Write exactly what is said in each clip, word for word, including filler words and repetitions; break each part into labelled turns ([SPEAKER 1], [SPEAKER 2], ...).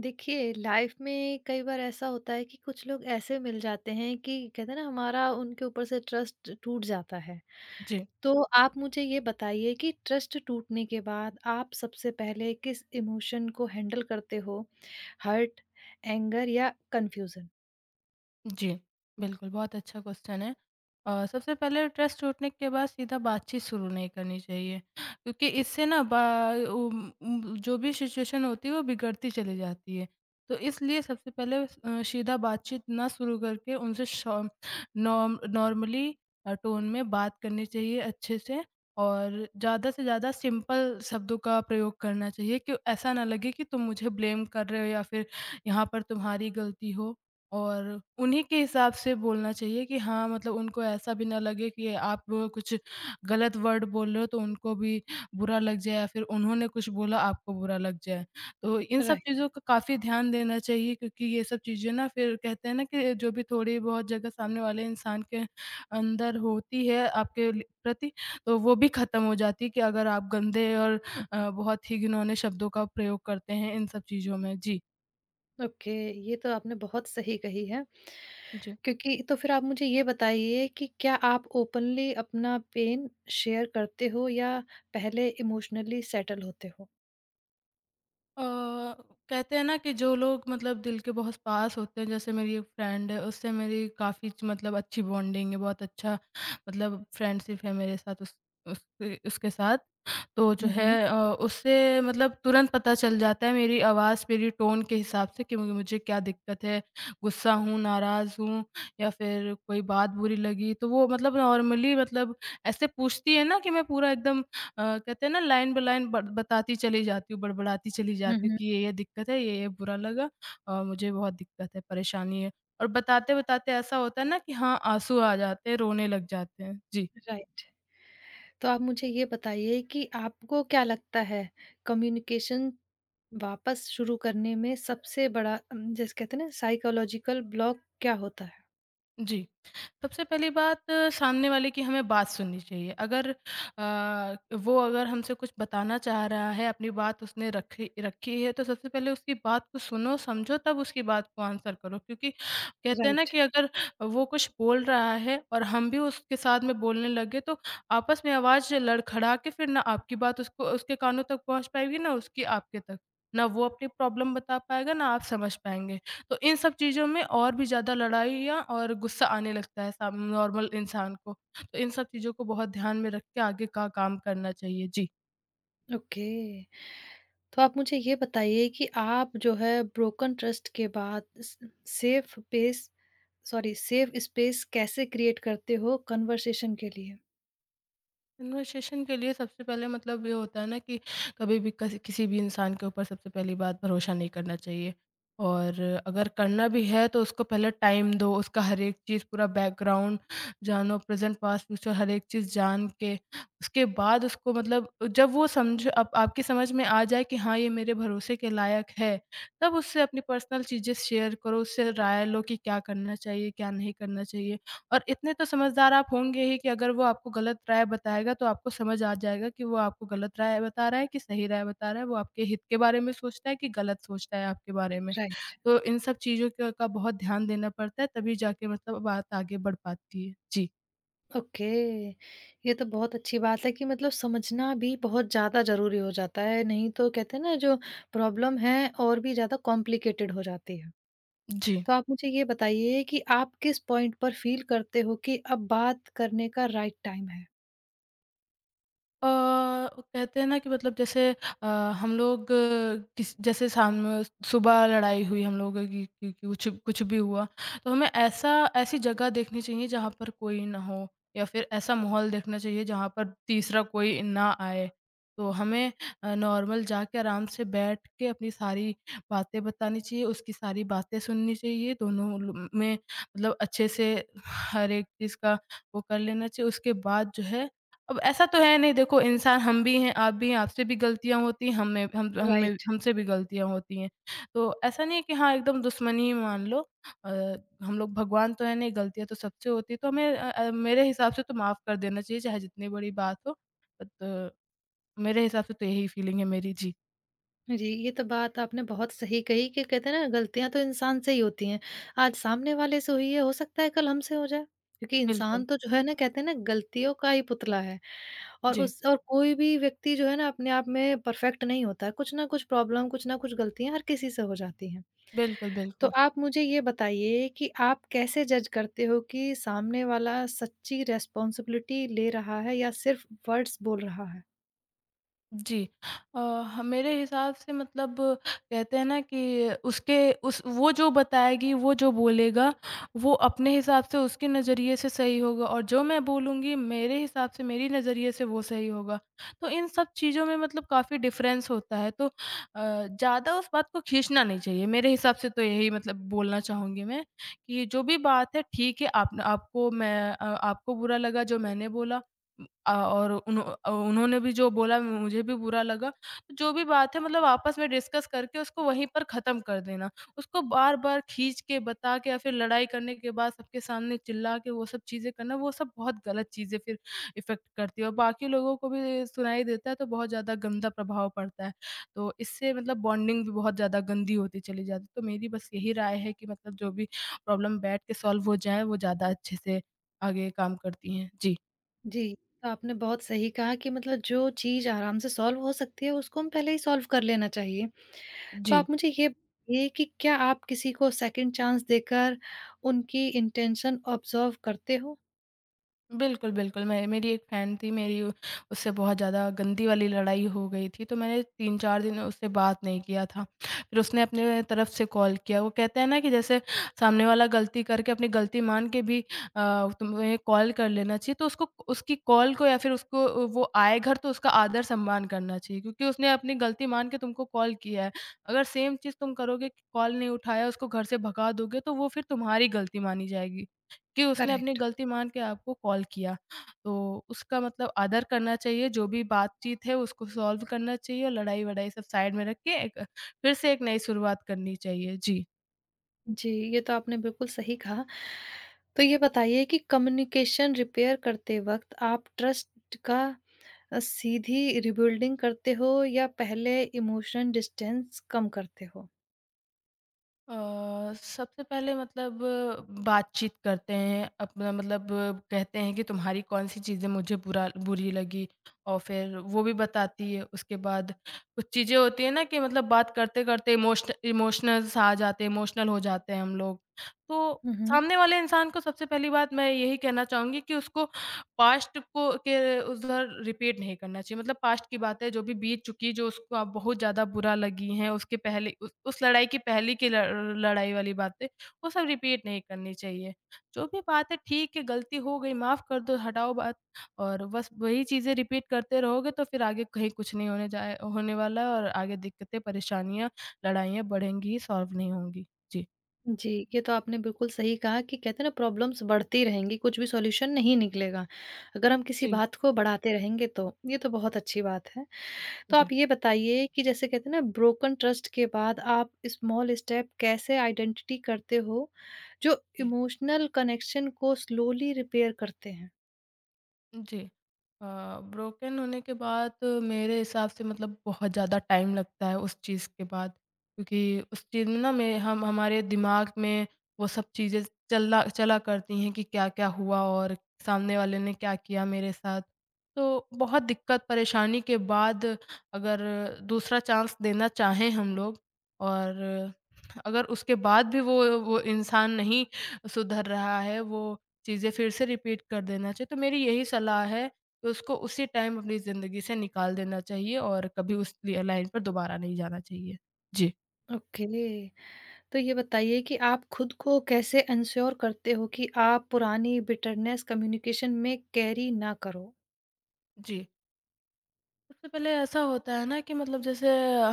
[SPEAKER 1] देखिए लाइफ में कई बार ऐसा होता है कि कुछ लोग ऐसे मिल जाते हैं कि कहते हैं ना हमारा उनके ऊपर से ट्रस्ट टूट जाता है।
[SPEAKER 2] जी,
[SPEAKER 1] तो आप मुझे ये बताइए कि ट्रस्ट टूटने के बाद आप सबसे पहले किस इमोशन को हैंडल करते हो? हर्ट, एंगर या कन्फ्यूज़न?
[SPEAKER 2] जी। बिल्कुल, बहुत अच्छा क्वेश्चन है। अ, सबसे पहले ट्रस्ट टूटने के बाद सीधा बातचीत शुरू नहीं करनी चाहिए क्योंकि इससे ना बा उम उम, जो भी सिचुएशन होती है वो बिगड़ती चली जाती है। तो इसलिए सबसे पहले अ, सीधा बातचीत ना शुरू करके उनसे शॉ नॉम नॉर्मली अ, टोन में बात करनी चाहिए अच्छे से और ज़्यादा से ज़्यादा सिंपल शब्दों का प्रयोग करना चाहिए कि ऐसा ना लगे कि तुम मुझे ब्लेम कर रहे हो या फिर यहाँ पर तुम्हारी गलती हो। और उन्हीं के हिसाब से बोलना चाहिए कि हाँ, मतलब उनको ऐसा भी ना लगे कि आप कुछ गलत वर्ड बोल रहे हो तो उनको भी बुरा लग जाए या फिर उन्होंने कुछ बोला आपको बुरा लग जाए। तो इन सब
[SPEAKER 1] राइट,
[SPEAKER 2] चीज़ों का काफ़ी ध्यान देना चाहिए क्योंकि ये सब चीज़ें ना फिर कहते हैं ना कि जो भी थोड़ी बहुत जगह सामने वाले इंसान के अंदर होती है आपके लि प्रति तो वो भी ख़त्म हो जाती है कि अगर आप गंदे और अ, बहुत ही घिनौने शब्दों का प्रयोग करते हैं इन सब चीज़ों में। जी।
[SPEAKER 1] ओके, ये तो आपने बहुत सही कही है।
[SPEAKER 2] जी।
[SPEAKER 1] क्योंकि तो फिर आप मुझे ये बताइए कि क्या आप ओपनली अपना पेन शेयर करते हो या पहले इमोशनली सेटल होते हो?
[SPEAKER 2] अ, कहते हैं ना कि जो लोग मतलब दिल के बहुत पास होते हैं जैसे मेरी एक फ्रेंड है उससे मेरी काफ़ी मतलब अच्छी बॉन्डिंग है बहुत अच्छा मतलब फ्रेंडशिप है मेरे साथ उस, उस उसके साथ तो जो
[SPEAKER 1] हुँ,
[SPEAKER 2] है
[SPEAKER 1] हुँ।
[SPEAKER 2] अ, उससे मतलब तुरंत पता चल जाता है मेरी आवाज़, मेरी टोन के हिसाब से कि मु मुझे क्या दिक्कत है, गुस्सा हूँ, नाराज़ हूँ या फिर कोई बात बुरी लगी। तो वो मतलब नॉर्मली मतलब ऐसे पूछती है ना कि मैं पूरा एकदम अ, कहते हैं ना लाइन बाय लाइन बड़ बताती चली जाती हूँ, बड़बड़ाती चली
[SPEAKER 1] हुँ,
[SPEAKER 2] जाती हूँ
[SPEAKER 1] हुँ।
[SPEAKER 2] कि ये, ये दिक्कत है, ये, ये बुरा लगा और मुझे बहुत दिक्कत है, परेशानी है। और बताते-बताते ऐसा होता है ना कि हाँ, आँसू आ जाते हैं, रोने लग जाते हैं। जी।
[SPEAKER 1] राइट। तो आप मुझे ये बताइए कि आपको क्या लगता है कम्युनिकेशन वापस शुरू करने में सबसे बड़ा अम, जैसे कहते हैं ना साइकोलॉजिकल ब्लॉक क्या होता है?
[SPEAKER 2] जी। सबसे पहली बात अ, सामने वाले की हमें बात सुननी चाहिए। अगर अ, वो अगर हमसे कुछ बताना चाह रहा है, अपनी बात उसने रखी रखी है, तो सबसे पहले उसकी बात को सुनो, समझो तब उसकी बात को आंसर करो। क्योंकि कहते हैं ना
[SPEAKER 1] राइट।
[SPEAKER 2] कि अगर वो कुछ बोल रहा है और हम भी उसके साथ में बोलने लगे तो आपस में आवाज़ लड़खड़ा के फिर ना आपकी बात उसको उसके कानों तक पहुँच पाएगी, ना उसकी आपके तक। ना वो अपनी प्रॉब्लम बता पाएगा, ना आप समझ पाएँगे। तो इन सब चीज़ों में और भी ज़्यादा लड़ाइयाँ और गुस्सा आने लगता है साम नॉर्मल इंसान को। तो इन सब चीज़ों को बहुत ध्यान में रख के आगे का काम करना चाहिए। जी।
[SPEAKER 1] ओके। तो आप मुझे ये बताइए कि आप जो है ब्रोकन ट्रस्ट के बाद स safe pace, sorry, safe space कैसे क्रिएट करते हो कन्वर्सेशन के लिए?
[SPEAKER 2] कन्वर्सेशन के लिए सबसे पहले मतलब ये होता है ना कि कभी भी कस- किसी भी इंसान के ऊपर सबसे पहली बात भरोसा नहीं करना चाहिए और अगर करना भी है तो उसको पहले टाइम दो उसका हर एक चीज़ पूरा बैकग्राउंड जानो प्रेजेंट पास्ट फ्यूचर हर एक चीज़ जान के उसके बाद उसको मतलब जब वो समझ आप, आपकी समझ में आ जाए कि हाँ ये मेरे भरोसे के लायक है तब उससे अपनी पर्सनल चीज़ें शेयर करो उससे राय लो कि क्या करना चाहिए क्या नहीं करना चाहिए और इतने तो समझदार आप होंगे ही कि अगर वो आपको गलत राय बताएगा तो आपको समझ आ जाएगा कि वो आपको गलत राय बता रहा है कि सही राय बता रहा है, वो आपके हित के बारे में सोचता है कि गलत सोचता है आपके बारे में।
[SPEAKER 1] राइट।
[SPEAKER 2] तो इन सब चीज़ों क का बहुत ध्यान देना पड़ता है तभी जाके मतलब बात आगे बढ़ पाती है। जी।
[SPEAKER 1] ओके, ये तो बहुत अच्छी बात है कि मतलब समझना भी बहुत ज़्यादा ज़रूरी हो जाता है, नहीं तो कहते हैं ना जो प्रॉब्लम है और भी ज़्यादा कॉम्प्लिकेटेड हो जाती है।
[SPEAKER 2] जी।
[SPEAKER 1] तो आप मुझे ये बताइए कि आप किस पॉइंट पर फ़ील करते हो कि अब बात करने का राइट टाइम है?
[SPEAKER 2] अ, कहते हैं ना कि मतलब जैसे अ, हम लोग अ, किस जैसे शाम सुबह लड़ाई हुई हम लोगों की की की कुछ कुछ भी हुआ, तो हमें ऐसा ऐसी जगह देखनी चाहिए जहाँ पर कोई ना हो या फिर ऐसा माहौल देखना चाहिए जहाँ पर तीसरा कोई ना आए। तो हमें अ, नॉर्मल जाके आराम से बैठ के अपनी सारी बातें बतानी चाहिए, उसकी सारी बातें सुननी चाहिए, दोनों ल में मतलब अच्छे से हर एक चीज़ का वो कर लेना चाहिए। उसके बाद जो है अब ऐसा तो है नहीं देखो इंसान हम भी हैं, आप भी हैं, आपसे भी गलतियाँ होती हैं, हमें हम हमें
[SPEAKER 1] राइट।
[SPEAKER 2] हमसे भी गलतियाँ होती हैं। तो ऐसा नहीं है कि हाँ, एकदम दुश्मनी ही मान लो अ, हम लोग भगवान तो हैं नहीं, गलतियाँ तो सबसे होती हैं, तो हमें अ अ, मेरे हिसाब से तो माफ़ कर देना चाहिए चाहे जितनी बड़ी बात हो। बट मेरे हिसाब से तो यही फीलिंग है मेरी। जी,
[SPEAKER 1] जी, ये तो बात आपने बहुत सही कही कि कहते हैं ना गलतियाँ तो इंसान से ही होती हैं। आज सामने वाले से हुई है, हो सकता है कल हमसे हो जाए। क्योंकि
[SPEAKER 2] बिल्कुल।
[SPEAKER 1] इंसान तो जो है ना कहते हैं ना गलतियों का ही पुतला है। और
[SPEAKER 2] जी,
[SPEAKER 1] उस और कोई भी व्यक्ति जो है ना अपने आप में परफेक्ट नहीं होता। कुछ ना कुछ प्रॉब्लम, कुछ ना कुछ गलतियाँ हर किसी से हो जाती हैं।
[SPEAKER 2] बिल्कुल,
[SPEAKER 1] तो
[SPEAKER 2] बिल्कुल।
[SPEAKER 1] आप मुझे ये बताइए कि आप कैसे जज करते हो कि सामने वाला सच्ची रिस्पॉन्सिबिलिटी ले रहा है या सिर्फ वर्ड्स बोल रहा है?
[SPEAKER 2] जी। अ, ह मेरे हिसाब से मतलब कहते हैं ना कि उसके उस वो जो बताएगी, वो जो बोलेगा, वो अपने हिसाब से उसके नज़रिए से सही होगा और जो मैं बोलूँगी मेरे हिसाब से, मेरी नज़रिए से वो सही होगा। तो इन सब चीज़ों में मतलब काफ़ी डिफ़रेंस होता है तो अ, ज़्यादा उस बात को खींचना नहीं चाहिए। मेरे हिसाब से तो यही मतलब बोलना चाहूँगी मैं कि जो भी बात है ठीक है, आप आपको मैं अ, आपको बुरा लगा जो मैंने बोला अ, और उन्हो अ, उन्होंने भी जो बोला मुझे भी बुरा लगा। तो जो भी बात है मतलब आपस में डिस्कस करके उसको वहीं पर ख़त्म कर देना। उसको बार-बार खींच के, बता के या फिर लड़ाई करने के बाद सबके सामने चिल्ला के वो सब चीज़ें करना, वो सब बहुत गलत चीज़ें फिर इफ़ेक्ट करती है और बाकी लोगों को भी सुनाई देता है तो बहुत ज़्यादा गंदा प्रभाव पड़ता है। तो इससे मतलब बॉन्डिंग भी बहुत ज़्यादा गंदी होती चली जाती है। तो मेरी बस यही राय है कि मतलब जो भी प्रॉब्लम बैठ के सॉल्व हो जाए वो ज़्यादा अच्छे से आगे काम करती हैं। जी।
[SPEAKER 1] जी, तो आपने बहुत सही कहा कि मतलब जो चीज़ आराम से सॉल्व हो सकती है, उसको हम पहले ही सॉल्व कर लेना चाहिए। तो
[SPEAKER 2] जी।
[SPEAKER 1] आप मुझे ये बताइए कि क्या आप किसी को सेकंड चांस देकर उनकी इंटेंशन ऑब्ज़र्व करते हो?
[SPEAKER 2] बिल्कुल, बिल्कुल। मैं मेरी एक फ्रेंड थी मेरी उ- उससे बहुत ज़्यादा गंदी वाली लड़ाई हो गई थी, तो मैंने तीन चार दिन उससे बात नहीं किया था। फिर उसने अपने तरफ से कॉल किया। वो कहते हैं ना कि जैसे सामने वाला गलती करके अपनी गलती मान के भी अ, तुम्हें कॉल कर लेना चाहिए, तो उसको उसकी कॉल को या फिर उसको वो आए घर तो उसका आदर-सम्मान करना चाहिए क्योंकि उसने अपनी गलती मान के तुमको कॉल किया है। अगर सेम चीज़ तुम करोगे कि कॉल नहीं उठाया, उसको घर से भगा दोगे, तो वो फिर तुम्हारी गलती मानी जाएगी। कि उसने अपनी
[SPEAKER 1] करेक्ट।
[SPEAKER 2] गलती मान के आपको कॉल किया। तो उसका मतलब आदर करना चाहिए, जो भी बातचीत है उसको सॉल्व करना चाहिए और लड़ाई-वड़ाई सब साइड में रख के एक फिर से एक नई शुरुआत करनी चाहिए। जी।
[SPEAKER 1] जी, ये तो आपने बिल्कुल सही कहा। तो ये बताइए कि कम्युनिकेशन रिपेयर करते वक़्त आप ट्रस्ट का अ, सीधी रिबिल्डिंग करते हो या पहले इमोशन डिस्टेंस कम करते हो?
[SPEAKER 2] अ, सबसे पहले मतलब बातचीत करते हैं अपना मतलब कहते हैं कि तुम्हारी कौन-सी चीज़ें मुझे बुरा बुरी लगी और फिर वो भी बताती है। उसके बाद कुछ चीज़ें होती हैं ना कि मतलब बात करते-करते इमोशन इमोशनल सा आ जाते हैं, इमोशनल हो जाते हैं हम लोग। तो
[SPEAKER 1] हुँ, हुँ।
[SPEAKER 2] सामने वाले इंसान को सबसे पहली बात मैं यही कहना चाहूँगी कि उसको पास्ट को के उधर रिपीट नहीं करना चाहिए। मतलब पास्ट की बातें जो भी बीत चुकी, जो उसको आप बहुत ज़्यादा बुरा लगी हैं, उसके पहले उस उस लड़ाई की पहले की ल लड़ाई वाली बातें, वो सब रिपीट नहीं करनी चाहिए। जो भी बात है ठीक है, गलती हो गई, माफ़ कर दो, हटाओ बात और बस वही चीज़ें रिपीट करते रहोगे तो फिर आगे कहीं कुछ नहीं होने जाए होने वाला है और आगे दिक्कतें, परेशानियाँ, लड़ाइयाँ बढ़ेंगी ही, सॉल्व नहीं होंगी। जी।
[SPEAKER 1] जी, ये तो आपने बिल्कुल सही कहा कि कहते हैं ना प्रॉब्लम्स बढ़ती रहेंगी, कुछ भी सॉल्यूशन नहीं निकलेगा। अगर हम किसी
[SPEAKER 2] जी,
[SPEAKER 1] बात को बढ़ाते रहेंगे तो, ये तो बहुत अच्छी बात है। तो
[SPEAKER 2] जी।
[SPEAKER 1] आप ये बताइए कि जैसे कहते हैं ना ब्रोकन ट्रस्ट के बाद आप स्मॉल स्टेप कैसे आइडेंटिटी करते हो, जो
[SPEAKER 2] जी।
[SPEAKER 1] इमोशनल कनेक्शन को स्लोली रिपेयर करते हैं?
[SPEAKER 2] जी। अ, ब्रोकन होने के बाद तो मेरे हिसाब से मतलब बहुत ज़्यादा टाइम लगता है उस चीज़ के बाद, क्योंकि उस चीज़ में ना मैं हम हमारे दिमाग में वो सब चीज़ें चला चला करती हैं कि क्या-क्या हुआ और सामने वाले ने क्या किया मेरे साथ। तो बहुत दिक्कत परेशानी के बाद अगर दूसरा चांस देना चाहें हम लोग और अगर उसके बाद भी वो वो इंसान नहीं सुधर रहा है, वो चीज़ें फिर से रिपीट कर देना चाहिए। तो मेरी यही सलाह है कि उसको उसी टाइम अपनी ज़िंदगी से निकाल देना चाहिए और कभी उस लिए लाइन पर दोबारा नहीं जाना चाहिए। जी।
[SPEAKER 1] ओके, तो ये बताइए कि आप खुद को कैसे एंश्योर करते हो कि आप पुरानी बिटरनेस कम्युनिकेशन में कैरी ना करो?
[SPEAKER 2] जी। सबसे पहले ऐसा होता है ना कि मतलब जैसे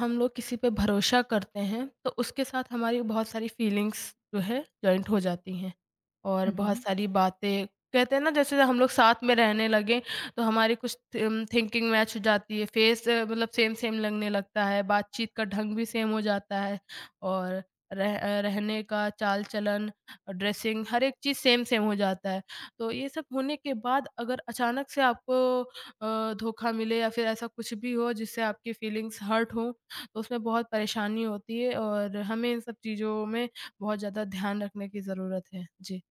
[SPEAKER 2] हम लोग किसी पे भरोसा करते हैं, तो उसके साथ हमारी बहुत सारी फीलिंग्स जो है जॉइंट हो जाती हैं। और
[SPEAKER 1] हुँ,
[SPEAKER 2] बहुत
[SPEAKER 1] हुँ,
[SPEAKER 2] सारी बातें कहते हैं ना जैसे हम लोग साथ में रहने लगे तो हमारी कुछ थिम थिंकिंग मैच हो जाती है, फेस मतलब सेम-सेम लगने लगता है, बातचीत का ढंग भी सेम हो जाता है और रह अ, रहने का चाल-चलन, ड्रेसिंग हर एक चीज़ सेम-सेम हो जाता है। तो ये सब होने के बाद अगर अचानक से आपको अ, धोखा मिले या फिर ऐसा कुछ भी हो जिससे आपकी फीलिंग्स हर्ट हों, तो उसमें बहुत परेशानी होती है और हमें इन सब चीज़ों में बहुत ज़्यादा ध्यान रखने की ज़रूरत है। जी।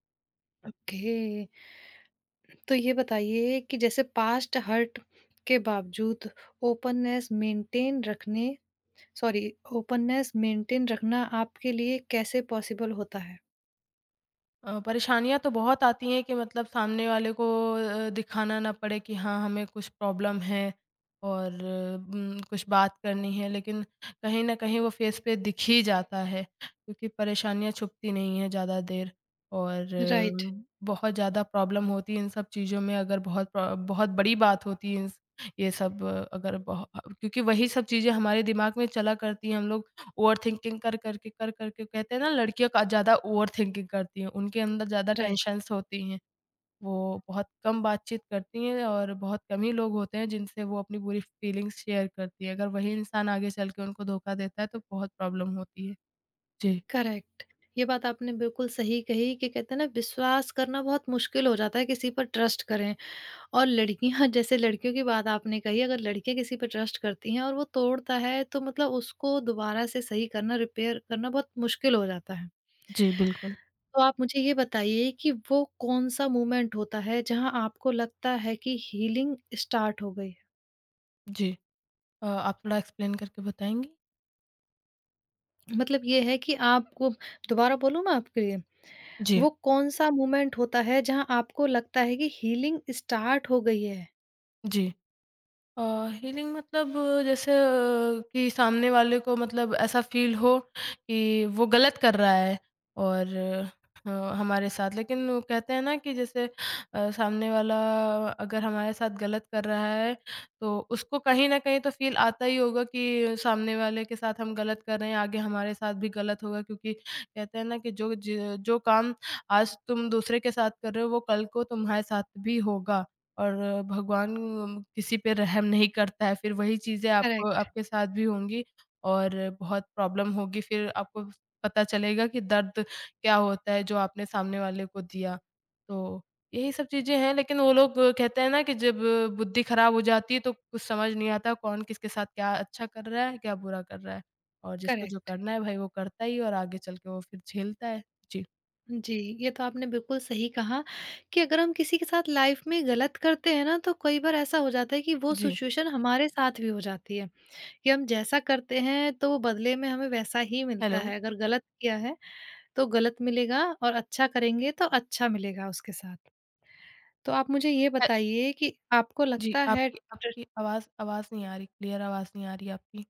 [SPEAKER 1] ओके। तो ये बताइए कि जैसे पास्ट हर्ट के बावजूद ओपननेस मेंटेन रखने, सॉरी, ओपननेस मेंटेन रखना आपके लिए कैसे पॉसिबल होता है?
[SPEAKER 2] अ, परेशानियाँ तो बहुत आती हैं कि मतलब सामने वाले को अ, दिखाना ना पड़े कि हाँ, हमें कुछ प्रॉब्लम है और उम, कुछ बात करनी है, लेकिन कहीं न कहीं वो फ़ेस पे दिख ही जाता है, क्योंकि परेशानियाँ छुपती नहीं हैं ज़्यादा देर और
[SPEAKER 1] राइट,
[SPEAKER 2] अ, बहुत ज़्यादा प्रॉब्लम होती है इन सब चीज़ों में अगर बहुत प्र बहुत बड़ी बात होती है, इन- ये सब अ, अगर बहो क्योंकि वही सब चीज़ें हमारे दिमाग में चला करती हैं, हम लोग ओवरथिंकिंग कर, कर के कर, कर के कहते हैं ना लड़कियाँ का ज़्यादा ओवरथिंकिंग करती हैं, उनके अंदर ज़्यादा
[SPEAKER 1] राइट,
[SPEAKER 2] टेंशन्स होती हैं। वो बहुत कम बातचीत करती हैं और बहुत कम ही लोग होते हैं जिनसे वो अपनी पूरी फीलिंग्स शेयर करती हैं। अगर वही इंसान आगे चल के उनको धोखा देता है तो बहुत प्रॉब्लम होती है। जी।
[SPEAKER 1] करेक्ट। ये बात आपने बिल्कुल सही कही कि कहते हैं ना विश्वास करना बहुत मुश्किल हो जाता है किसी पर ट्रस्ट करें। और लड़कियाँ, जैसे लड़कियों की बात आपने कही, अगर लड़कियाँ किसी पे ट्रस्ट करती हैं और वो तोड़ता है तो मतलब उसको दोबारा से सही करना, रिपेयर करना बहुत मुश्किल हो जाता है।
[SPEAKER 2] जी, बिल्कुल।
[SPEAKER 1] तो आप मुझे ये बताइए कि वो कौन-सा मोमेंट होता है जहाँ आपको लगता है कि हीलिंग स्टार्ट हो गई है?
[SPEAKER 2] जी। अ, आप थोड़ा एक्सप्लेन करके बताएँगी?
[SPEAKER 1] मतलब ये है कि आपको दोबारा बोलूँ मैं आपके लिए?
[SPEAKER 2] जी,
[SPEAKER 1] वो कौन-सा मोमेंट होता है जहाँ आपको लगता है कि हीलिंग स्टार्ट हो गई है?
[SPEAKER 2] जी। अ, हीलिंग मतलब अ, जैसे अ, कि सामने वाले को मतलब ऐसा फ़ील हो कि वो गलत कर रहा है और अ, हमारे साथ लेकिन वो कहते हैं ना कि जैसे अ, सामने वाला अगर हमारे साथ गलत कर रहा है, तो उसको कहीं न कहीं तो फ़ील आता ही होगा कि सामने वाले के साथ हम गलत कर रहे हैं, आगे हमारे साथ भी गलत होगा क्योंकि कहते हैं ना कि जो ज जो काम आज तुम दूसरे के साथ कर रहे हो, वो कल को तुम्हारे साथ भी होगा। और भगवान किसी पे रहम नहीं करता है, फिर वही चीज़ें आपको
[SPEAKER 1] करेक्ट,
[SPEAKER 2] आपके साथ भी होंगी और बहुत प्रॉब्लम होगी, फिर आपको पता चलेगा कि दर्द क्या होता है जो आपने सामने वाले को दिया। तो यही सब चीज़ें हैं, लेकिन वो लोग कहते हैं ना कि जब बुद्धि खराब हो जाती है तो कुछ समझ नहीं आता कौन किसके साथ क्या अच्छा कर रहा है, क्या बुरा कर रहा है। और जिसको जो
[SPEAKER 1] करेक्ट।
[SPEAKER 2] करना है भाई वो करता ही है और आगे चल के वो फिर झेलता है। जी,
[SPEAKER 1] जी, ये तो आपने बिल्कुल सही कहा कि अगर हम किसी के साथ लाइफ में गलत करते हैं ना, तो कई बार ऐसा हो जाता है कि वो
[SPEAKER 2] जी,
[SPEAKER 1] सिचुएशन हमारे साथ भी हो जाती है कि हम जैसा करते हैं, तो वो बदले में हमें वैसा ही मिलता
[SPEAKER 2] हेलो।
[SPEAKER 1] है। अगर गलत किया है, तो गलत मिलेगा और अच्छा करेंगे, तो अच्छा मिलेगा उसके साथ। तो आप मुझे ये बताइए कि आपको
[SPEAKER 2] जी,
[SPEAKER 1] लगता है
[SPEAKER 2] आपकी
[SPEAKER 1] ट
[SPEAKER 2] आपकी आवाज़ आवाज़ नहीं आ रही, क्लियर आवाज़ नहीं आ रही आपकी।